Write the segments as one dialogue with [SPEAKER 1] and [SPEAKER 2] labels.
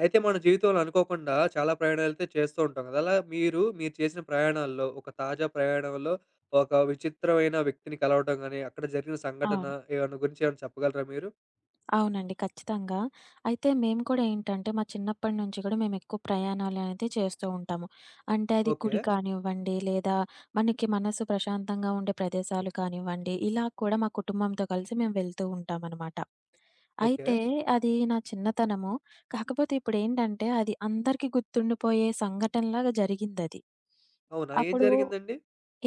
[SPEAKER 1] అయితే మన జీవితంలో అనుకోకుండా చాలా ప్రయాణాలైతే చేస్తూ ఉంటాం కదా! అలా మీరు చేసిన ప్రయాణాల్లో ఒక తాజా ప్రయాణంలో ఒక విచిత్రమైన వ్యక్తిని కలవడం గాని, అక్కడ జరిగిన సంఘటన
[SPEAKER 2] అవును.
[SPEAKER 1] ఏమన్నా గురించి ఏమైనా చెప్పగలరా మీరు?
[SPEAKER 2] అవునండి. ఖచ్చితంగా. అయితే మేము కూడా ఏంటంటే, మా చిన్నప్పటి నుంచి కూడా మేమెక్కువ ప్రయాణాలనేది చేస్తూ ఉంటాము. అంటే అది
[SPEAKER 1] ఓకే.
[SPEAKER 2] గుడి కానివ్వండి, లేదా మనకి మనసు ప్రశాంతంగా ఉండే ప్రదేశాలు కానివ్వండి, ఇలా కూడా మా కుటుంబంతో కలిసి మేము వెళ్తూ ఉంటామనమాట.
[SPEAKER 1] ఓకే.
[SPEAKER 2] అయితే అది నా చిన్నతనము. కాకపోతే ఇప్పుడేంటంటే, అది అందరికీ గుర్తుండిపోయే సంఘటనలాగా జరిగిందది.
[SPEAKER 1] అవునా? ఏం
[SPEAKER 2] అప్పుడు
[SPEAKER 1] జరిగిందండి?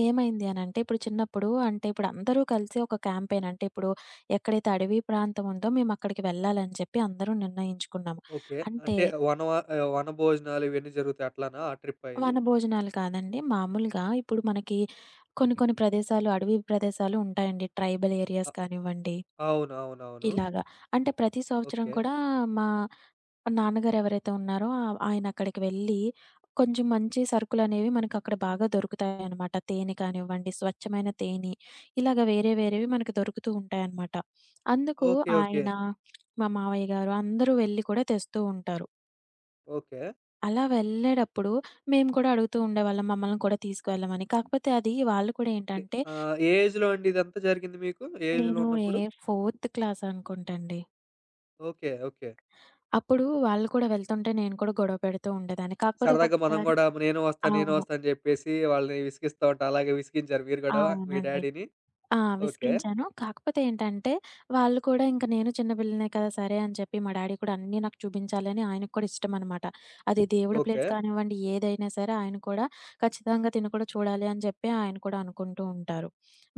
[SPEAKER 2] ఏమైంది అనంటే, ఇప్పుడు చిన్నప్పుడు అంటే, ఇప్పుడు అందరూ కలిసి ఒక క్యాంపెయిన్ అంటే, ఇప్పుడు ఎక్కడైతే అడవి ప్రాంతం ఉందో మేమక్కడికి వెళ్ళాలని చెప్పి అందరూ నిర్ణయించుకున్నాము.
[SPEAKER 1] ఓకే.
[SPEAKER 2] అంటే,
[SPEAKER 1] అంటే వనభోజనాలు ఇవన్నీ జరుగుతాయి అట్లానా ఆ ట్రిప్పా ఇది?
[SPEAKER 2] వనభోజనాలు కాదండి. మామూలుగా ఇప్పుడు మనకి కొన్ని ప్రదేశాలు అడవి ప్రదేశాలు ఉంటాయండి. ట్రైబల్
[SPEAKER 1] అ
[SPEAKER 2] ఏరియాస్ కానివ్వండి,
[SPEAKER 1] అవును. అవునవును.
[SPEAKER 2] ఇలాగా. అంటే ప్రతి సంవత్సరం
[SPEAKER 1] ఓకే.
[SPEAKER 2] కూడా మా నాన్నగారు ఎవరైతే ఉన్నారో ఆయన అక్కడికి వెళ్ళి కొంచెం మంచి సరుకులనేవి మనకక్కడ బాగా దొరుకుతాయనమాట. తేనె కానివ్వండి, స్వచ్ఛమైన తేనె ఇలాగ వేరే వేరేవి మనకు దొరుకుతూ ఉంటాయనమాట. అందుకు
[SPEAKER 1] ఓకే. ఓకే.
[SPEAKER 2] ఆయన, మా మావయ్య గారు అందరూ వెళ్లి కూడా తెస్తూ ఉంటారు.
[SPEAKER 1] ఓకే.
[SPEAKER 2] అలా వెళ్ళేటప్పుడు మేము కూడా అడుగుతూ ఉండేవాళ్ళం మమ్మల్ని కూడా తీసుకువెళ్ళమని. కాకపోతే అది వాళ్ళు కూడా
[SPEAKER 1] ఓకే.
[SPEAKER 2] ఏంటంటే
[SPEAKER 1] ఏ ఏజ్‌లో అండి ఇదంతా జరిగింది మీకు? ఏ ఏజ్‌లో
[SPEAKER 2] నేను ఏ
[SPEAKER 1] ఉన్నప్పుడు?
[SPEAKER 2] ఫోర్త్ క్లాస్ అనుకుంటండి.
[SPEAKER 1] ఓకే. ఓకే.
[SPEAKER 2] అప్పుడు వాళ్ళు కూడా వెళ్తుంటే నేను కూడా గొడవ పెడుతూ ఉండేదాన్ని. కాకపోతే
[SPEAKER 1] సరదాగా మనం
[SPEAKER 2] ఒక్కొక్కసారి
[SPEAKER 1] గూడా నేను వస్తా, నేను
[SPEAKER 2] అవును.
[SPEAKER 1] వస్తా అని జెప్పేసి వాళ్ళని విసిగిస్తా ఉంటాం. అలాగే విసిగించారు మీరు గూడా మీ
[SPEAKER 2] అవునండి.
[SPEAKER 1] డ్యాడీని?
[SPEAKER 2] ఆ!
[SPEAKER 1] ఓకే.
[SPEAKER 2] విసిగించాను. కాకపోతే ఏంటంటే వాళ్ళు కూడా ఇంక నేను చిన్న పిల్లనే కదా! సరే అని చెప్పి మా డ్యాడీ కూడా అన్నీ నాకు చూపించాలని ఆయనకి కూడా ఇష్టమనమాట. అది దేవుడి
[SPEAKER 1] ఓకే.
[SPEAKER 2] ప్లేస్ కానివ్వండి, ఏదైనా సరే ఆయన కూడా ఖచ్చితంగా తిను కూడా చూడాలి అని చెప్పి ఆయన కూడా అనుకుంటూ ఉంటారు.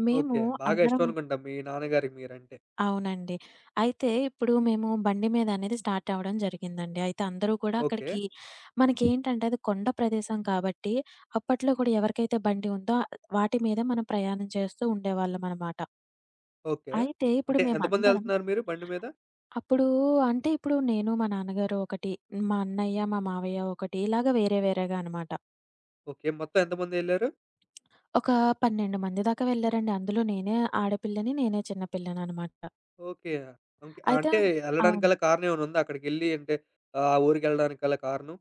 [SPEAKER 2] మేము
[SPEAKER 1] ఓకే. బాగా ఇష్టం
[SPEAKER 2] అందరం
[SPEAKER 1] అనుకుంటా మీ నాన్నగారికి మీరంటే.
[SPEAKER 2] అవునండి. అయితే ఇప్పుడు మేము బండి మీద అనేది స్టార్ట్ అవ్వడం జరిగిందండి. అయితే అందరూ కూడా
[SPEAKER 1] ఓకే.
[SPEAKER 2] అక్కడికి మనకేంటంటే అది కొండ ప్రదేశం కాబట్టి, అప్పట్లో కూడా ఎవరికైతే బండి ఉందో వాటి మీద మనం ప్రయాణం చేస్తూ ఉండేవాళ్ళమనమాట.
[SPEAKER 1] ఓకే.
[SPEAKER 2] అయితే ఇప్పుడు
[SPEAKER 1] అంటే
[SPEAKER 2] మేమందరం
[SPEAKER 1] ఎంతమందెళ్తున్నారు మీరు బండి మీద?
[SPEAKER 2] అప్పుడు అంటే ఇప్పుడు నేను, మా నాన్నగారు ఒకటి, మా అన్నయ్య, మా మావయ్య ఒకటి ఇలాగ వేరే వేరేగా అనమాట.
[SPEAKER 1] ఓకే. మొత్తం ఎంతమందెళ్లారు?
[SPEAKER 2] ఒక 12 మంది దాకా వెళ్లారండి. అందులో నేనే ఆడపిల్లని, నేనే చిన్న పిల్లననమాట.
[SPEAKER 1] ఓకే. ఓకే.
[SPEAKER 2] అయితే
[SPEAKER 1] అంటే ఎళ్ళడానికి
[SPEAKER 2] అవును.
[SPEAKER 1] గల కారణం ఏమైనా ఉందా? అక్కడికెళ్ళి అంటే ఆ ఊరికెళ్ళడానికి గల కారణం?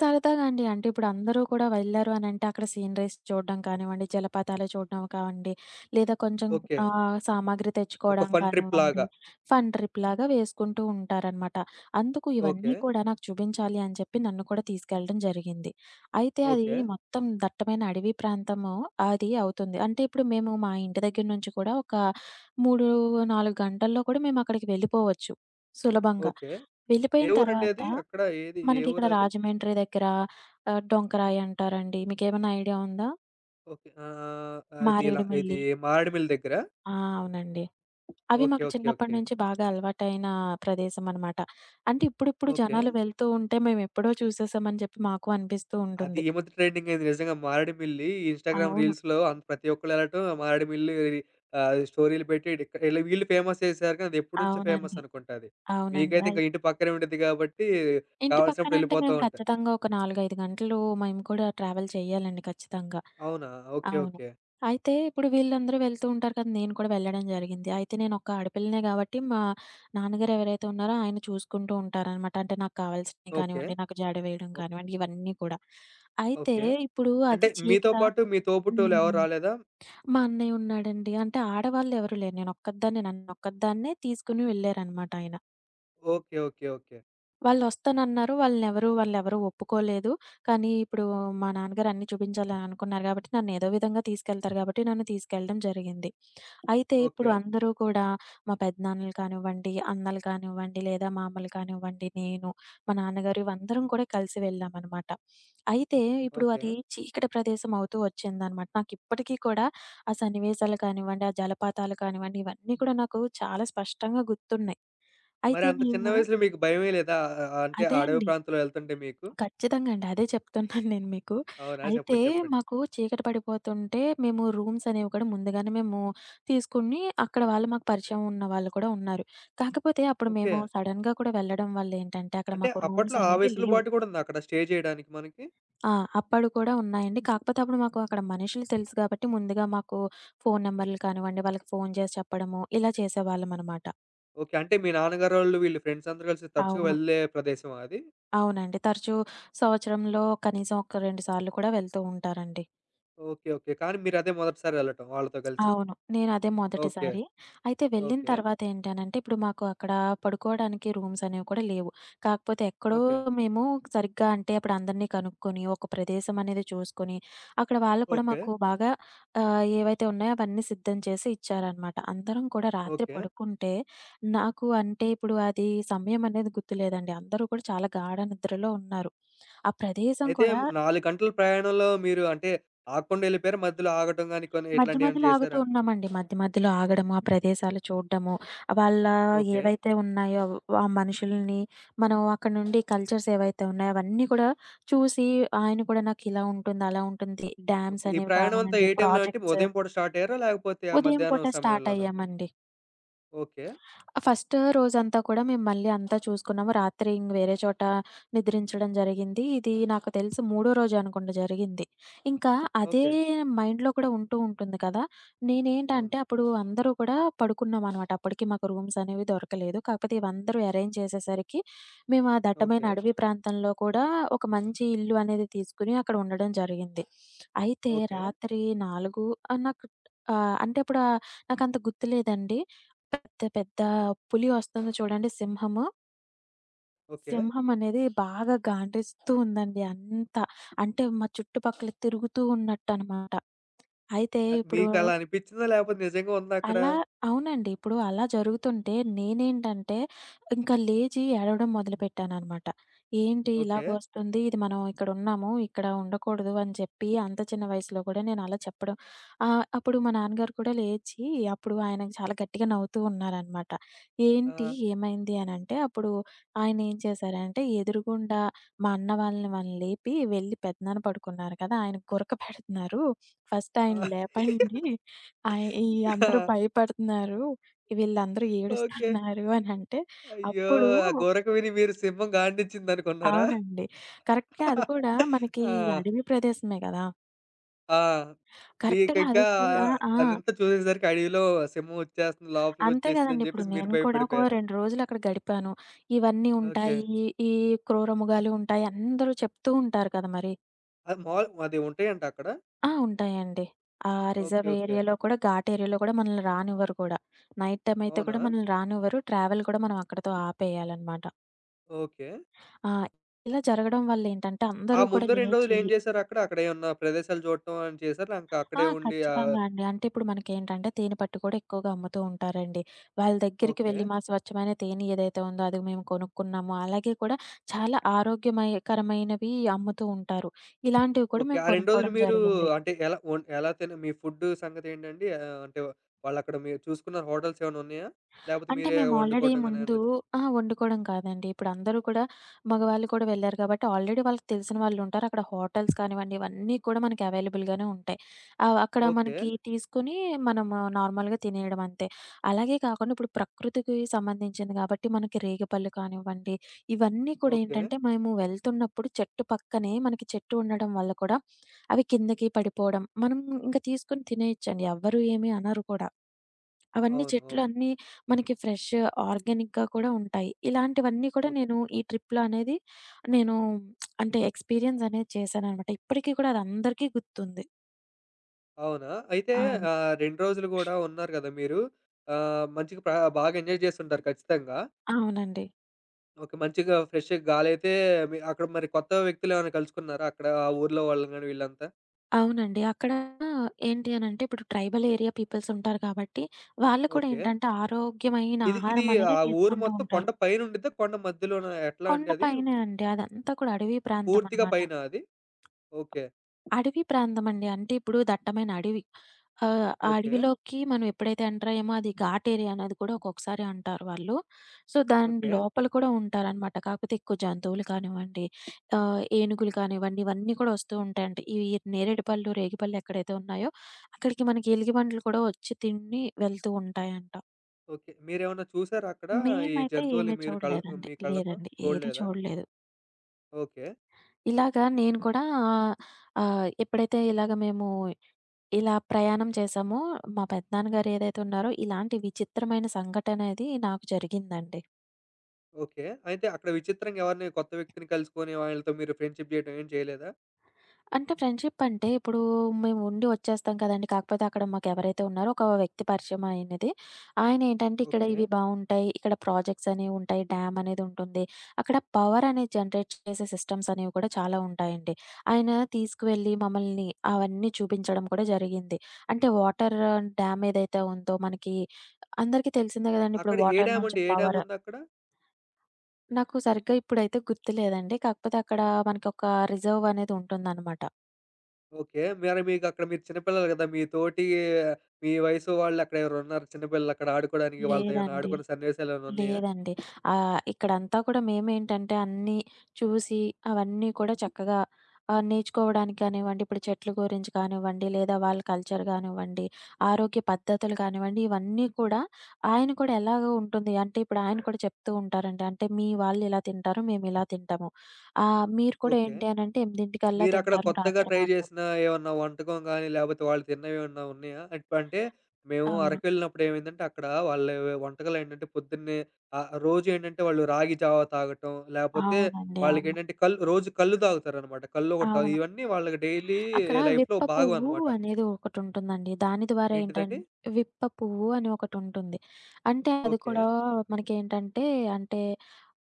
[SPEAKER 2] సరదాగా అండి. అంటే ఇప్పుడు అందరూ కూడా వెళ్లారు అనంటే అక్కడ సీనరీస్ చూడడం కానివ్వండి, జలపాతాలు చూడడం కావండి, లేదా కొంచెం
[SPEAKER 1] ఓకే.
[SPEAKER 2] సామాగ్రి
[SPEAKER 1] ఒక
[SPEAKER 2] తెచ్చుకోవడం
[SPEAKER 1] ఫన్ ట్రిప్
[SPEAKER 2] కానివ్వండి,
[SPEAKER 1] లాగా.
[SPEAKER 2] ఫన్ ట్రిప్‌లాగా వేసుకుంటూ ఉంటారనమాట. అందుకు
[SPEAKER 1] ఓకే.
[SPEAKER 2] ఇవన్నీ కూడా నాకు చూపించాలి అని చెప్పి నన్ను కూడా తీసుకెళ్ళడం జరిగింది. అయితే అది
[SPEAKER 1] ఓకే.
[SPEAKER 2] మొత్తం దట్టమైన అడవి ప్రాంతము అది అవుతుంది. అంటే ఇప్పుడు మేము మా ఇంటి దగ్గర నుంచి కూడా ఒక 3, 4 గంటల్లో కూడా మేము అక్కడికి వెళ్ళిపోవచ్చు సులభంగా.
[SPEAKER 1] ఓకే. ఏ
[SPEAKER 2] వెళ్ళిపోయిన
[SPEAKER 1] ఊరండి
[SPEAKER 2] తర్వాత
[SPEAKER 1] అది? అక్కడ ఏది? ఏ
[SPEAKER 2] మనకిక్కడ
[SPEAKER 1] ఊరది?
[SPEAKER 2] రాజమండ్రి దగ్గర డొంకరాయి అంటారండి. మీకేమన్నా ఐడియా ఉందా?
[SPEAKER 1] ఓకే. అది ఇలా ఇది
[SPEAKER 2] మారేడుమిల్లి.
[SPEAKER 1] మారేడుమిల్లి దగ్గరా?
[SPEAKER 2] ఆ! అవునండి. అవి
[SPEAKER 1] ఓకే.
[SPEAKER 2] మాకు
[SPEAKER 1] ఓకే.
[SPEAKER 2] చిన్నప్పటి
[SPEAKER 1] ఓకే.
[SPEAKER 2] నుంచి బాగా అలవాటైన ప్రదేశమనమాట. అంటే ఇప్పుడిప్పుడు
[SPEAKER 1] ఓకే.
[SPEAKER 2] జనాలు వెళ్తూ ఉంటే మేమెప్పుడో చూసేసామని చెప్పి మాకు అనిపిస్తూ
[SPEAKER 1] అది
[SPEAKER 2] ఉంటుంది.
[SPEAKER 1] ఈ మధ్య ట్రెండింగ్ అయింది నిజంగా మారేడుమిల్లి. ఇన్‌స్టాగ్రామ్
[SPEAKER 2] అవును.
[SPEAKER 1] రీల్స్‌లో అంత ప్రతి ఒక్కళ్ళు ఎళ్ళటం మారేడుమిల్లి స్టోరీలు పెట్టి డిక్ ఇలా వీళ్ళు ఫేమస్ చేశారుగా అది ఎప్పటినుంచో ఫేమస్
[SPEAKER 2] అవునండి.
[SPEAKER 1] అనుకుంటా అది.
[SPEAKER 2] అవునండి.
[SPEAKER 1] మీకైతే ఇంక ఇంటి పక్కనే ఉండిద్ది కాబట్టి
[SPEAKER 2] ఇంటి
[SPEAKER 1] కావాల్సినప్పుడు
[SPEAKER 2] పక్కనంటే
[SPEAKER 1] ఎళ్ళిపోతూ
[SPEAKER 2] మేము
[SPEAKER 1] ఉంటారు.
[SPEAKER 2] ఖచ్చితంగా ఒక 4, 5 గంటలు మేము కూడా ట్రావెల్ చేయాలండి ఖచ్చితంగా.
[SPEAKER 1] అవునా? ఓకే.
[SPEAKER 2] అవును.
[SPEAKER 1] ఓకే.
[SPEAKER 2] అయితే ఇప్పుడు వీళ్ళందరూ వెళ్తూ ఉంటారు కదా! నేను కూడా వెళ్ళడం జరిగింది. అయితే నేనొక్క ఆడపిల్లనే గాబట్టి మా నాన్నగారు ఎవరైతే ఉన్నారో ఆయన చూసుకుంటూ ఉంటారనమాట. అంటే నాకు కావాల్సినవి
[SPEAKER 1] ఓకే.
[SPEAKER 2] కానివ్వండి, నాకు జాడ వేయడం
[SPEAKER 1] ఓ
[SPEAKER 2] కానివ్వండి ఇవన్నీ కూడా. అయితే
[SPEAKER 1] ఓకే.
[SPEAKER 2] ఇప్పుడు
[SPEAKER 1] అంటే
[SPEAKER 2] అది
[SPEAKER 1] మీతో
[SPEAKER 2] చీకట
[SPEAKER 1] పాటు మీ తోబుట్టువులు
[SPEAKER 2] హ్మ్.
[SPEAKER 1] ఎవరు రాలేదా?
[SPEAKER 2] మా అన్నయ్య ఉన్నాడండి. అంటే ఆడవాళ్ళెవరు లేరు. నేనొక్కదాన్నే నన్నొక్కదాన్నే తీసుకొని వెళ్ళారనమాట ఆయన.
[SPEAKER 1] ఓకే. ఓకే. ఓకే.
[SPEAKER 2] వాళ్ళొస్తానన్నారు. వాళ్ళనెవరు వాళ్ళెవరు ఒప్పుకోలేదు. కానీ ఇప్పుడు మా నాన్నగారు అన్నీ చూపించాలని అనుకున్నారు గాబట్టి, నన్నేదో విధంగా తీసుకెళ్తారు గాబట్టి, నన్ను తీసుకెళ్ళడం జరిగింది. అయితే ఇప్పుడు
[SPEAKER 1] ఓకే.
[SPEAKER 2] అందరూ కూడా మా పెద్దనాన్నలు కానివ్వండి, అన్నలు కానివ్వండి, లేదా మామలు కానివ్వండి, నేను, మా నాన్నగారు ఇవందరం కూడా కలిసి వెళ్ళామనమాట. అయితే ఇప్పుడు
[SPEAKER 1] ఓకే.
[SPEAKER 2] అది చీకటి ప్రదేశం అవుతూ వచ్చిందనమాట. నాకిప్పటికీ కూడా ఆ సన్నివేశాలు కానివ్వండి, ఆ జలపాతాలు కానివ్వండి, ఇవన్నీ కూడా నాకు చాలా స్పష్టంగా గుర్తున్నాయి.
[SPEAKER 1] మరి
[SPEAKER 2] అయితే
[SPEAKER 1] అంత చిన్న
[SPEAKER 2] మేము
[SPEAKER 1] వయసులో మీకు భయమే లేదా? ఆహ్, ఆహ్, అంటే ఆ
[SPEAKER 2] అదే
[SPEAKER 1] అడవి
[SPEAKER 2] అండి.
[SPEAKER 1] ప్రాంతంలో వెళ్తుంటే మీకు?
[SPEAKER 2] ఖచ్చితంగా అండి. అదే చెప్తున్నాను నేను మీకు.
[SPEAKER 1] అవునా?
[SPEAKER 2] అయితే
[SPEAKER 1] చెప్పండి. చెప్పండి.
[SPEAKER 2] మాకు చీకటి పడిపోతుంటే మేము రూమ్స్ అనేవి కూడా ముందుగానే మేము తీసుకొని అక్కడ వాళ్ళు మాకు పరిచయం ఉన్న వాళ్ళు కూడా ఉన్నారు. కాకపోతే అప్పుడు
[SPEAKER 1] ఓకే.
[SPEAKER 2] మేము సడెన్‌గా కూడా వెళ్ళడం వల్ల ఏంటంటే అక్కడ
[SPEAKER 1] అంటే
[SPEAKER 2] మాకు
[SPEAKER 1] అప్పట్లో
[SPEAKER 2] రూమ్స్
[SPEAKER 1] ఆ
[SPEAKER 2] అనేవి లేవు.
[SPEAKER 1] వెసులుబాటు కూడా ఉందా అక్కడ స్టే చేయడానికి మనకి?
[SPEAKER 2] ఆ! అప్పుడు కూడా ఉన్నాయండి. కాకపోతే అప్పుడు మాకు అక్కడ మనుషులు తెలుసు కాబట్టి ముందుగా మాకు ఫోను నంబర్‌లు కానివ్వండి, వాళ్ళకి ఫోను చేసి చెప్పడము ఇలా చేసేవాళ్ళమనమాట.
[SPEAKER 1] ఓకే. అంటే మీ నాన్నగారోళ్ళు వీళ్ళు ఫ్రెండ్స్ అందరూ కలిసి తరచుగా
[SPEAKER 2] అవును.
[SPEAKER 1] వెళ్ళే ప్రదేశమా అది?
[SPEAKER 2] అవునండి. తరచూ సంవత్సరంలో కనీసం ఒక 2 సార్లు కూడా వెళ్తూ ఉంటారండి.
[SPEAKER 1] ఓకే. ఓకే. కానీ మీరదే మొదటిసారి వెళ్ళటం వాళ్ళతో కలిసి.
[SPEAKER 2] అవును. నేనదే
[SPEAKER 1] ఓకే.
[SPEAKER 2] మొదటిసారి. అయితే వెళ్ళిన
[SPEAKER 1] ఓకే.
[SPEAKER 2] తర్వాతేంటనంటే, ఇప్పుడు మాకు అక్కడ పడుకోవడానికి రూమ్స్ అనేవి కూడా లేవు. కాకపోతే ఎక్కడో
[SPEAKER 1] ఓకే.
[SPEAKER 2] మేము సరిగ్గా అంటే అప్పుడు అందరిని కనుక్కొని, ఒక ప్రదేశం అనేది చూసుకొని, అక్కడ వాళ్ళు కూడా
[SPEAKER 1] ఓకే.
[SPEAKER 2] మాకు బాగా ఏవైతే ఉన్నాయో అవన్నీ సిద్ధం చేసి ఇచ్చారనమాట. అందరం కూడా రాత్రి
[SPEAKER 1] ఓకే.
[SPEAKER 2] పడుకుంటే, నాకు అంటే ఇప్పుడు అది సమయం అనేది గుర్తులేదండి. అందరూ కూడా చాలా గాఢ నిద్రలో ఉన్నారు. ఆ ప్రదేశం
[SPEAKER 1] అయితే
[SPEAKER 2] కూడా
[SPEAKER 1] 4 గంటల ప్రయాణంలో మీరు అంటే ఆగకుండా వెళ్ళిపోయారా? మధ్యలో ఆగటం గాని కొన్ని
[SPEAKER 2] మధ్య
[SPEAKER 1] ఇట్లాంటియేమైనా
[SPEAKER 2] మధ్యలో ఆగుతూ
[SPEAKER 1] చేశారా?
[SPEAKER 2] ఉన్నామండి. మధ్యలో ఆగడము, ఆ ప్రదేశాలు చూడడము, వాళ్ళ
[SPEAKER 1] ఓకే.
[SPEAKER 2] ఏవైతే ఉన్నాయో ఆ మనుషుల్ని మనం అక్కడి నుండి కల్చర్స్ ఏవైతే ఉన్నాయో అవన్నీ కూడా చూసి ఆయన కూడా నాకు ఇలా ఉంటుంది, అలా ఉంటుంది.
[SPEAKER 1] ఓకే.
[SPEAKER 2] డ్యామ్స్
[SPEAKER 1] ఈ
[SPEAKER 2] అనేవి
[SPEAKER 1] ప్రయాణం అంతా
[SPEAKER 2] కావనండి,
[SPEAKER 1] ఏ టైంలో అంటే
[SPEAKER 2] ప్రాజెక్ట్స్
[SPEAKER 1] ఉదయం పూట స్టార్ట్ అయ్యారా? లేకపోతే ఆ
[SPEAKER 2] ఉదయం పూట
[SPEAKER 1] మధ్యాహ్నం
[SPEAKER 2] స్టార్ట్
[SPEAKER 1] సమయంలోనా?
[SPEAKER 2] అయ్యామండి.
[SPEAKER 1] ఓకే.
[SPEAKER 2] ఫస్ట్ రోజంతా కూడా మేము మళ్ళీ అంతా చూసుకున్నాము. రాత్రి ఇంక వేరే చోట నిద్రించడం జరిగింది. ఇది నాకు తెలిసి మూడో రోజు అనుకుంట జరిగింది. ఇంకా అదే
[SPEAKER 1] ఓకే.
[SPEAKER 2] మైండ్‌లో కూడా ఉంటూ ఉంటుంది కదా!
[SPEAKER 1] అవును.
[SPEAKER 2] నేనేంటంటే అప్పుడు అందరూ కూడా పడుకున్నామనమాట. అప్పటికి మాకు రూమ్స్ అనేవి దొరకలేదు. కాకపోతే ఇవందరూ అరేంజ్ చేసేసరికి మేము ఆ దట్టమైన
[SPEAKER 1] ఓకే.
[SPEAKER 2] అడవి ప్రాంతంలో కూడా ఒక మంచి ఇల్లు అనేది తీసుకొని అక్కడ ఉండడం జరిగింది. అయితే
[SPEAKER 1] ఓకే.
[SPEAKER 2] రాత్రి 4 నాకు అంటే ఇప్పుడు నాకంత గుర్తులేదండి. పెద్ద పెద్ద పులి వస్తుంది చూడండి సింహము.
[SPEAKER 1] ఓకే.
[SPEAKER 2] సింహం అనేది బాగా గాండ్రిస్తూ ఉందండి అంతా. అంటే మా చుట్టుపక్కల తిరుగుతూ ఉన్నట్టనమాట. అయితే
[SPEAKER 1] అది
[SPEAKER 2] ఇప్పుడు
[SPEAKER 1] మీకలా అనిపిచ్చిందా? లేకపోతే నిజంగా ఉందా అక్కడ?
[SPEAKER 2] అలా అవునండి. ఇప్పుడు అలా జరుగుతుంటే నేనేంటంటే, ఇంకా లేచి ఏడవడం మొదలుపెట్టాననమాట. ఏంటి
[SPEAKER 1] ఓకే.
[SPEAKER 2] ఇలాగొస్తుంది, ఇది మనం ఇక్కడున్నాము, ఇక్కడ ఉండకూడదు అని చెప్పి అంత చిన్న వయసులో కూడా నేను అలా చెప్పడం అప్పుడు మా నాన్నగారు కూడా లేచి అప్పుడు ఆయన చాలా గట్టిగా నవ్వుతూ ఉన్నారనమాట. ఏంటి
[SPEAKER 1] ఆ!
[SPEAKER 2] ఏమైంది అనంటే, అప్పుడు ఆయన ఏం చేశారంటే, ఎదురుగుండా మా అన్న వాళ్ళని వాళ్ళని లేపి, వెళ్ళి పెదనాన్న పడుకున్నారు కదా! ఆయనకి గురక పెడుతున్నారు. ఫస్ట్
[SPEAKER 1] ఆ!
[SPEAKER 2] ఆయన లేపండి ఈ అందరూ
[SPEAKER 1] ఆ!
[SPEAKER 2] భయపడుతున్నారు. వీళ్ళందరూ
[SPEAKER 1] ఓకే.
[SPEAKER 2] ఏడుస్తున్నారు అనంటే
[SPEAKER 1] అయ్యో!
[SPEAKER 2] అప్పుడు
[SPEAKER 1] ఆ గోరక విని మీరు సింహం గాండించిందనుకున్నారా?
[SPEAKER 2] అవునండి. కరెక్ట్‌గా అది కూడా మనకి
[SPEAKER 1] ఆ!
[SPEAKER 2] అడవి ప్రదేశమే గదా!
[SPEAKER 1] ఆ!
[SPEAKER 2] కరెక్ట్‌గా
[SPEAKER 1] మీకింకా
[SPEAKER 2] అది కూడా ఆ!
[SPEAKER 1] అదంతా చూసేసరికి అడవిలో సింహం వచ్చేస్తుంది,
[SPEAKER 2] అంతే గదండీ.
[SPEAKER 1] లోపలికొచ్చేసిందని
[SPEAKER 2] ఇప్పుడు
[SPEAKER 1] జెప్పేసి మీరు
[SPEAKER 2] నేను కూడా ఒక
[SPEAKER 1] భయపడిపోయారా?
[SPEAKER 2] 2 రోజులు అక్కడ గడిపాను. ఇవన్నీ
[SPEAKER 1] ఓకే.
[SPEAKER 2] ఉంటాయి. ఈ క్రూరమృగాలు ఉంటాయి అందరూ చెప్తూ ఉంటారు కదా! మరి.
[SPEAKER 1] అది మాల్ అది ఉంటాయంట అక్కడ?
[SPEAKER 2] ఆ! ఉంటాయండి. ఆ
[SPEAKER 1] ఓకే.
[SPEAKER 2] Reserve
[SPEAKER 1] okay.
[SPEAKER 2] ఏరియాలో కూడా ఘాట్ ఏరియాలో కూడా మనల్ని రానివ్వరు కూడా. నైట్ టైమ్ అయితే
[SPEAKER 1] అవునా?
[SPEAKER 2] కూడా మనల్ని రానివ్వరు. ట్రావెల్ కూడా మనం అక్కడితో ఆపేయాలన్నమాట.
[SPEAKER 1] ఓకే.
[SPEAKER 2] ఆ! ఇలా జరగడం వల్లేంటంటే
[SPEAKER 1] ఆ
[SPEAKER 2] అందరూ కూడా
[SPEAKER 1] ముందు 2 రోజులు
[SPEAKER 2] లేచి
[SPEAKER 1] ఏం చేశారు అక్కడ? అక్కడేమన్నా ప్రదేశాలు చూడటం అని చేశారా? ఇంకా
[SPEAKER 2] ఆ!
[SPEAKER 1] అక్కడే ఉండి
[SPEAKER 2] ఖచ్చితంగా అండి. అంటే ఇప్పుడు మనకేంటంటే తేనె పట్టు కూడా ఎక్కువగా అమ్ముతూ ఉంటారండి. వాళ్ళ దగ్గరికి
[SPEAKER 1] ఓకే.
[SPEAKER 2] వెళ్లి మా స్వచ్ఛమైన తేనె ఏదైతే ఉందో అది మేము కొనుక్కున్నాము. అలాగే కూడా చాలా ఆరోగ్యమయకరమైనవి అమ్ముతూ ఉంటారు. ఇలాంటివి కూడా
[SPEAKER 1] ఓకే.
[SPEAKER 2] మేము
[SPEAKER 1] ఆ 2 రోజులు
[SPEAKER 2] కొనుక్కోవడం
[SPEAKER 1] మీరు
[SPEAKER 2] జరిగింది.
[SPEAKER 1] అంటే ఎలా ఒన్ ఎలా తిన మీ ఫుడ్ సంగతేంటండి? అంటే వాళ్ళక్కడ మీరు చూసుకున్న హోటల్స్ ఏమైనా ఉన్నాయా? లేపోతే
[SPEAKER 2] అంటే
[SPEAKER 1] మీరే
[SPEAKER 2] మేము ఆల్రెడీ
[SPEAKER 1] వండుకోవటం గాని
[SPEAKER 2] ముందు
[SPEAKER 1] ఏమన్నా చే
[SPEAKER 2] ఆ! వండుకోవడం కాదండి. ఇప్పుడందరూ కూడా మగవాళ్ళు కూడా వెళ్లారు కాబట్టి ఆల్రెడీ వాళ్ళకి తెలిసిన వాళ్ళుంటారు. అక్కడ హోటల్స్ కానివ్వండి, ఇవన్నీ కూడా మనకి అవైలబుల్‌గానే ఉంటాయి. అక్కడ
[SPEAKER 1] ఓకే.
[SPEAKER 2] మనకి తీసుకొని మనం నార్మల్‌గా తినేయడం అంతే. అలాగే కాకుండా ఇప్పుడు ప్రకృతికి సంబంధించింది కాబట్టి మనకి రేగిపళ్ళు కానివ్వండి, ఇవన్నీ కూడా
[SPEAKER 1] ఓకే.
[SPEAKER 2] ఏంటంటే మేము వెళ్తున్నప్పుడు చెట్టు పక్కనే మనకి చెట్టు ఉండడం వల్ల కూడా అవి కిందకి పడిపోవడం, మనం ఇంక తీసుకొని తినేయొచ్చండి. ఎవ్వరు ఏమి అనరు కూడా. అవన్నీ
[SPEAKER 1] అవును.
[SPEAKER 2] చెట్లు
[SPEAKER 1] అవును.
[SPEAKER 2] అన్నీ మనకి ఫ్రెష్ ఆర్గానిక్‌గా కూడా ఉంటాయి. ఇలాంటివన్నీ కూడా
[SPEAKER 1] ఓకే.
[SPEAKER 2] నేను ఈ ట్రిప్‌లో అనేది నేను అంటే ఎక్స్‌పీరియన్స్ అనేది చేశాననమాట. ఇప్పటికి కూడా అది అందరికీ గుర్తుంది.
[SPEAKER 1] అవునా? అయితే
[SPEAKER 2] అవును.
[SPEAKER 1] 2 రోజులు గూడా ఉన్నారు గదా మీరు. ఆహ్, మంచిగా ప్ర బాగా ఎంజాయ్ చేసుంటారు ఖచ్చితంగా.
[SPEAKER 2] అవునండి.
[SPEAKER 1] ఓకే. మంచిగా ఫ్రెష్ గాలైతే మీ అక్కడ మరి కొత్త వ్యక్తులేమైనా కలుసుకున్నారా? అక్కడ ఆ ఊర్లో వాళ్ళని గాని వీళ్ళంతా?
[SPEAKER 2] అవునండి. అక్కడ ఏంటి అనంటే ఇప్పుడు ట్రైబల్ ఏరియా పీపుల్స్ ఉంటారు కాబట్టి, వాళ్ళు కూడా
[SPEAKER 1] ఓకే.
[SPEAKER 2] ఏంటంటే ఆరోగ్యమైన
[SPEAKER 1] ఇది ఇది
[SPEAKER 2] ఆహారం
[SPEAKER 1] ఆ
[SPEAKER 2] అనేది
[SPEAKER 1] ఊరు
[SPEAKER 2] తీసుకుంటూ
[SPEAKER 1] మొత్తం కొండ
[SPEAKER 2] ఉంటారు.
[SPEAKER 1] పైనుండిద్దా? కొండ మధ్యలోనా? ఎట్లా
[SPEAKER 2] కొండ
[SPEAKER 1] అండి అది?
[SPEAKER 2] పైనే అండి అదంతా కూడా అడవి ప్రాంతం
[SPEAKER 1] పూర్తిగా
[SPEAKER 2] అనమాట.
[SPEAKER 1] పైనా అది? ఓకే.
[SPEAKER 2] అడవి ప్రాంతమండి. అంటే ఇప్పుడు దట్టమైన అడవి. ఆ
[SPEAKER 1] ఓకే.
[SPEAKER 2] అడవిలోకి మనం ఎప్పుడైతే ఎంటర్ అయ్యామో అది ఘాట్ ఏరియా అనేది కూడా ఒక్కొక్కసారి అంటారు వాళ్ళు. సో, దాని
[SPEAKER 1] ఓకే.
[SPEAKER 2] లోపల కూడా ఉంటారనమాట. కాకపోతే ఎక్కువ జంతువులు కానివ్వండి, ఏనుగులు కానివ్వండి ఇవన్నీ కూడా వస్తూ ఉంటాయంట. ఈ నేరేడుపళ్ళు, రేగిపళ్ళు ఎక్కడైతే ఉన్నాయో అక్కడికి మనకి ఎలుగుబంట్లు కూడా వచ్చి తిని వెళ్తూ ఉంటాయంట.
[SPEAKER 1] ఓకే. మీరేమన్నా చూసారా అక్కడ? ఈ
[SPEAKER 2] మేమైతే
[SPEAKER 1] జంతువుల్ని
[SPEAKER 2] ఏమి
[SPEAKER 1] మీరు
[SPEAKER 2] చూడలేదండి.
[SPEAKER 1] మీ కళ్ళతో
[SPEAKER 2] లేదండి. ఏది
[SPEAKER 1] చూడలేదా?
[SPEAKER 2] చూడలేదు.
[SPEAKER 1] ఓకే.
[SPEAKER 2] ఇలాగా నేను కూడా ఎప్పుడైతే ఇలాగ మేము ఇలా ప్రయాణం చేశామో, మా పెదనాన్నగారు ఏదైతే ఉన్నారో, ఇలాంటి విచిత్రమైన సంఘటనేది నాకు జరిగిందండి.
[SPEAKER 1] ఓకే. అయితే అక్కడ విచిత్రంగా ఎవరిని కొత్త వ్యక్తిని కలుసుకొని వాళ్ళతో మీరు ఫ్రెండ్‌షిప్ జేయటం ఏం చేయలేదా?
[SPEAKER 2] అంటే ఫ్రెండ్‌షిప్ అంటే, ఇప్పుడు మేము ఉండి వచ్చేస్తాం కదండీ! కాకపోతే అక్కడ మాకెవరైతే ఉన్నారో, ఒక వ్యక్తి పరిచయం అయినది. ఆయనేంటంటే, ఇక్కడ
[SPEAKER 1] ఓకే.
[SPEAKER 2] ఇవి బావుంటాయి, ఇక్కడ ప్రాజెక్ట్స్ అనేవి ఉంటాయి, డ్యామ్ అనేది ఉంటుంది. అక్కడ పవర్ అనేది జనరేట్ చేసే సిస్టమ్స్ అనేవి కూడా చాలా ఉంటాయండి. ఆయన తీసుకువెళ్ళి మమ్మల్ని అవన్నీ చూపించడం కూడా జరిగింది. అంటే వాటర్ డ్యామ్ ఏదైతే ఉందో మనకి అందరికీ తెలిసిందే కదండీ! ఇప్పుడు
[SPEAKER 1] అక్కడ ఏ
[SPEAKER 2] వాటర్ నుంచి
[SPEAKER 1] డ్యామండి? ఏ
[SPEAKER 2] పవర్
[SPEAKER 1] డ్యాముందక్కడ?
[SPEAKER 2] నాకు సరిగ్గా ఇప్పుడైతే గుర్తులేదండి. కాకపోతే అక్కడ మనకొక రిజర్వ్ అనేది ఉంటుందనమాట.
[SPEAKER 1] ఓకే. మరి మీకక్కడ మీరు చిన్న పిల్లలు గదా! మీ తోటి మీ వయసు వాళ్ళు అక్కడ ఎవరున్నారు చిన్న పిల్లలు అక్కడ ఆడుకోడానికి వాళ్ళతో ఏమైనా
[SPEAKER 2] లేదండి.
[SPEAKER 1] ఆడుకున్న సన్నివేశాలేమైనా ఉన్నాయా?
[SPEAKER 2] లేదండి. ఇక్కడంతా కూడా మేమేంటంటే అన్నీ చూసి అవన్నీ కూడా చక్కగా నేర్చుకోవడానికి కానివ్వండి, ఇప్పుడు చెట్ల గురించి కానివ్వండి, లేదా వాళ్ళ కల్చర్ గానివ్వండి, ఆరోగ్య పద్ధతులు కానివ్వండి, ఇవన్నీ కూడా ఆయన కూడా ఎలాగ ఉంటుంది అంటే ఇప్పుడు ఆయన కూడా చెప్తూ ఉంటారండి. అంటే మీ వాళ్ళు ఇలా తింటారు, మేమిలా తింటాము. మీరు కూడా
[SPEAKER 1] ఓకే.
[SPEAKER 2] ఏంటి అనంటే 8:00 కల్లా
[SPEAKER 1] మీరక్కడ
[SPEAKER 2] తింటారు
[SPEAKER 1] కొత్తగా
[SPEAKER 2] రాత్రి
[SPEAKER 1] ట్రై
[SPEAKER 2] మాటలు.
[SPEAKER 1] జేసిన ఏమన్నా వంటకం గానీ, లేపోతే వాళ్ళు తిన్నవేమన్నా ఉన్నాయా? ఎట్లా అంటే మేము
[SPEAKER 2] అవును.
[SPEAKER 1] అరకు వెళ్ళినప్పుడు ఏమైందంటే అక్కడ వాళ్ళ వంటకాలేంటంటే పొద్దున్నే రోజు ఏంటంటే వాళ్ళు రాగి జావ తాగటం, లేపోతే
[SPEAKER 2] అవునండి. అవును.
[SPEAKER 1] వాళ్ళకేంటంటే కల్ రోజు కల్లు తాగుతారనమాట. కల్లు ఒకటి తాగు
[SPEAKER 2] అవును.
[SPEAKER 1] ఇవన్నీ వాళ్ళకి డైలీ
[SPEAKER 2] అక్కడ
[SPEAKER 1] లైఫ్‌లో
[SPEAKER 2] విప్ప
[SPEAKER 1] భాగం
[SPEAKER 2] పువ్వు
[SPEAKER 1] అనమాట.
[SPEAKER 2] అనేది ఒకటుంటుందండి. దాని ద్వారా
[SPEAKER 1] ఏంటిదండి?
[SPEAKER 2] ఏంటంటే విప్ప పువ్వు అని ఒకటుంటుంది. అంటే అది
[SPEAKER 1] ఓకే.
[SPEAKER 2] కూడా మనకేంటంటే అంటే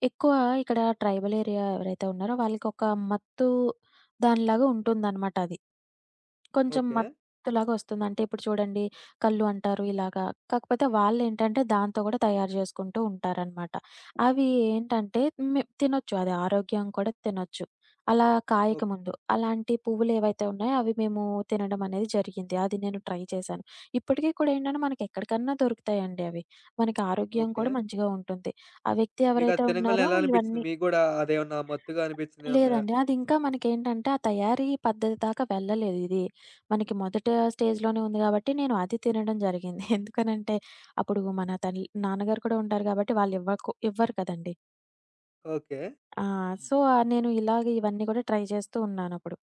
[SPEAKER 2] ఎక్కువ ఇక్కడ ట్రైబల్ ఏరియా ఎవరైతే ఉన్నారో వాళ్ళకొక మత్తు దానిలాగా ఉంటుందనమాట అది. కొంచెం
[SPEAKER 1] ఓకే.
[SPEAKER 2] మత్తులాగా వస్తుంది. అంటే ఇప్పుడు చూడండి కల్లు అంటారు ఇలాగా. కాకపోతే వాళ్ళేంటంటే దాంతో గూడా తయారు జేసుకుంటూ ఉంటారనమాట. అవి ఏంటంటే మె తినొచ్చు అది ఆరోగ్యం కూడా తినొచ్చు. అలా కాయక
[SPEAKER 1] ఓహ్!
[SPEAKER 2] ముందు. అలాంటి పువ్వులేవైతే ఉన్నాయో అవి మేము తినడం అనేది జరిగింది. అది నేను ట్రై చేశాను. ఇప్పటికి కూడా ఏంటంటే మనకెక్కడికన్నా దొరుకుతాయండి అవి. మనకి ఆరోగ్యం
[SPEAKER 1] ఓకే.
[SPEAKER 2] కూడా మంచిగా ఉంటుంది. ఆ వ్యక్తి
[SPEAKER 1] మీకది
[SPEAKER 2] ఎవరైతే
[SPEAKER 1] తినంగాలనే
[SPEAKER 2] ఉన్నారో
[SPEAKER 1] ఎలా అనిపిచ్చింది?
[SPEAKER 2] ఇవన్నీ
[SPEAKER 1] మీకు గూడా అదేమన్నా మత్తుగా అనిపిచ్చిందేమన్నా?
[SPEAKER 2] లేదండి. అది ఇంకా మనకేంటంటే, ఆ తయారీ పద్ధతి దాకా వెళ్ళలేదు ఇది. మనకి మొదట స్టేజ్‌లోనే ఉంది గాబట్టి, నేను అది తినడం జరిగింది. ఎందుకనంటే, అప్పుడు మన తల్ నాన్నగారు కూడా ఉంటారు గాబట్టి, వాళ్ళివ్వకు ఇవ్వరు కదండీ!
[SPEAKER 1] ఓకే.
[SPEAKER 2] ఆ! సో, ఆ నేను ఇలాగ ఇవన్నీ గూడా ట్రై చేస్తూ ఉన్నానప్పుడు.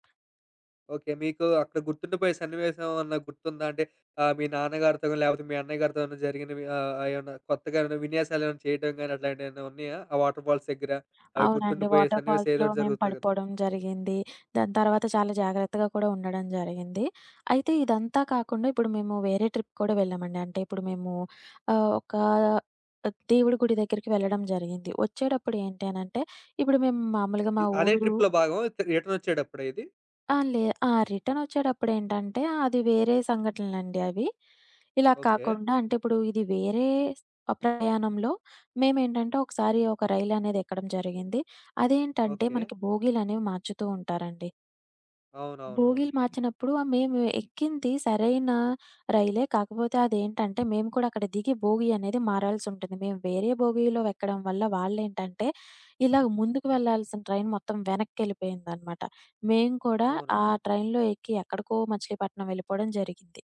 [SPEAKER 1] ఓకే. మీకు అక్కడ గుర్తుండిపోయే సన్నివేశం ఏమన్నా గుర్తుందా? అంటే మీ నాన్నగారితో గాని, లేపోతే మీ అన్నయ్య గారితో ఏమన్నా జరిగినవి ఏమన్నా కొత్తగా ఏమన్నా విన్యాసాలేమన్నా చేయడం గాని అట్లాంటియేమన్నా ఉన్నాయా? ఆ వాటర్ ఫాల్స్ దగ్గర అవి
[SPEAKER 2] అవునండి.
[SPEAKER 1] గుర్తుండిపోయే
[SPEAKER 2] వాటర్
[SPEAKER 1] సన్నివేశం ఏదో
[SPEAKER 2] ఫాల్స్‌లో
[SPEAKER 1] ఒకటి
[SPEAKER 2] మేము
[SPEAKER 1] జరుగుతది గదా!
[SPEAKER 2] పడిపోవడం జరిగింది. దాని తర్వాత చాలా జాగ్రత్తగా కూడా ఉండడం జరిగింది. అయితే ఇదంతా కాకుండా ఇప్పుడు మేము వేరే ట్రిప్ కూడా వెళ్ళామండి. అంటే ఇప్పుడు మేము ఒక దేవుడి గుడి దగ్గరికి వెళ్ళడం జరిగింది. వచ్చేటప్పుడు ఏంటి అనంటే, ఇప్పుడు మేము మామూలుగా మా
[SPEAKER 1] అదే
[SPEAKER 2] ఊరు
[SPEAKER 1] ట్రిప్‌లో భాగం రిటర్న్ వచ్చేటప్పుడా ఇది?
[SPEAKER 2] ఆ! లే ఆ! రిటర్నొచ్చేటప్పుడేంటంటే, అది వేరే సంఘటనలండి అవి. ఇలా
[SPEAKER 1] ఓకే.
[SPEAKER 2] కాకుండా అంటే ఇప్పుడు ఇది వేరే స్ ప్రయాణంలో మేమేంటంటే, ఒకసారి ఒక రైలనేది ఎక్కడం జరిగింది. అదేంటంటే,
[SPEAKER 1] ఓకే.
[SPEAKER 2] మనకి బోగీలనేవి మార్చుతూ ఉంటారండి.
[SPEAKER 1] అవునవునవును.
[SPEAKER 2] బోగీలు మార్చినప్పుడు మేము ఎక్కింది సరైన రైలే. కాకపోతే అదేంటంటే, మేము కూడా అక్కడ దిగి బోగీ అనేది మారాల్సుంటుంది. మేము వేరే బోగీలో ఎక్కడం వల్ల వాళ్ళేంటంటే, ఇలాగ ముందుకు వెళ్ళాల్సిన ట్రైన్ మొత్తం వెనక్కెళ్ళిపోయిందనమాట. మేము కూడా
[SPEAKER 1] అవునా?
[SPEAKER 2] ఆ ట్రైన్‌లో ఎక్కి ఎక్కడికో మచిలీపట్నం వెళ్ళిపోవడం జరిగింది.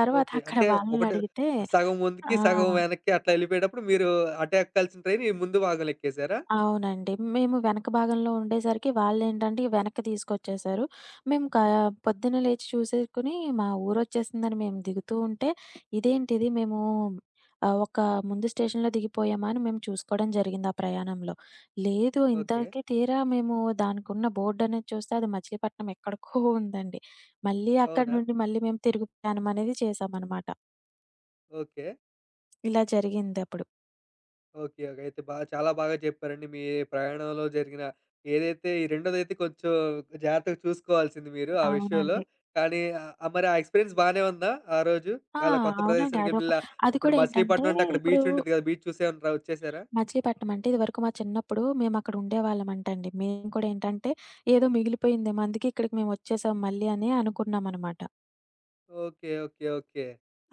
[SPEAKER 2] తర్వాత
[SPEAKER 1] ఓకే.
[SPEAKER 2] అక్కడ
[SPEAKER 1] అంటే ఒకటి
[SPEAKER 2] వాళ్ళనడిగితే
[SPEAKER 1] సగం ముందుకి,
[SPEAKER 2] ఆ!
[SPEAKER 1] సగం వెనక్కి అట్లా యెళ్ళిపోయేటప్పుడు మీరు అటే ఎక్కాల్సిన ట్రైన్ ఈ ముందు భాగంలో ఎక్కేసారా?
[SPEAKER 2] అవునండి. మేము వెనక భాగంలో ఉండేసరికి వాళ్ళేంటంటే వెనక్కి తీసుకొచ్చేసారు. మేము కా పొద్దున లేచి చూసేసుకొని మా ఊరొచ్చేసిందని మేము దిగుతూ ఉంటే, ఇదేంటిది మేము ఒక ముందు స్టేషన్‌లో దిగిపోయామా అని మేము చూసుకోవడం జరిగింది ఆ ప్రయాణంలో. లేదు
[SPEAKER 1] ఓకే.
[SPEAKER 2] ఇంతవరకే తీరా మేము దానికున్న బోర్డనేది చూస్తే అది మచిలీపట్నం ఎక్కడికో ఉందండి. మళ్ళీ అక్కడి
[SPEAKER 1] అవునా?
[SPEAKER 2] నుండి మళ్ళీ మేము తిరుగు ప్రయాణం అనేది చేశామనమాట.
[SPEAKER 1] ఓకే.
[SPEAKER 2] ఇలా జరిగిందప్పుడు.
[SPEAKER 1] ఓకే. ఓకే. అయితే చాలా బాగా చెప్పారండి. మీ ప్రయాణంలో జరిగిన ఏదైతే ఈ రెండోదైతే కొంచెం జాగ్రత్తగా చూసుకోవాల్సింది మీరు ఆ విషయంలో.
[SPEAKER 2] అవునండి.
[SPEAKER 1] కానీ మరి ఆ ఎక్స్‌పీరియన్స్ బానే ఉందా ఆ రోజు?
[SPEAKER 2] ఆ!
[SPEAKER 1] అలా కొత్త
[SPEAKER 2] అవునండి.
[SPEAKER 1] ప్రదేశానికి
[SPEAKER 2] అదొక
[SPEAKER 1] ఇలా
[SPEAKER 2] అది
[SPEAKER 1] ఇప్పుడు
[SPEAKER 2] కూడా ఏంటంటే
[SPEAKER 1] మచిలీపట్నం అంటే అక్కడ
[SPEAKER 2] ఇప్పుడు
[SPEAKER 1] బీచ్ ఉండిద్ది కదా! బీచ్ చూసేమన్నా వచ్చేసారా?
[SPEAKER 2] మచిలీపట్నం అంటే ఇదివరకు మా చిన్నప్పుడు మేమక్కడ ఉండేవాళ్ళమంటండి. మేము కూడా ఏంటంటే, ఏదో మిగిలిపోయిందేమో అందుకే ఇక్కడికి మేమొచ్చేసాం మళ్ళీ అని అనుకున్నామనమాట.
[SPEAKER 1] ఓకే. ఓకే. ఓకే.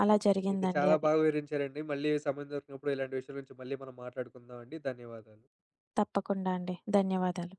[SPEAKER 2] అలా
[SPEAKER 1] అయితే
[SPEAKER 2] జరిగిందండి
[SPEAKER 1] చాలా
[SPEAKER 2] అది.
[SPEAKER 1] బాగా వివరించారండి. మళ్ళీ సమయం దొరికినప్పుడు ఇలాంటి విషయాల గురించి మళ్ళీ మనం మాట్లాడుకుందాం అండి. ధన్యవాదాలు.
[SPEAKER 2] తప్పకుండా అండి. ధన్యవాదాలు.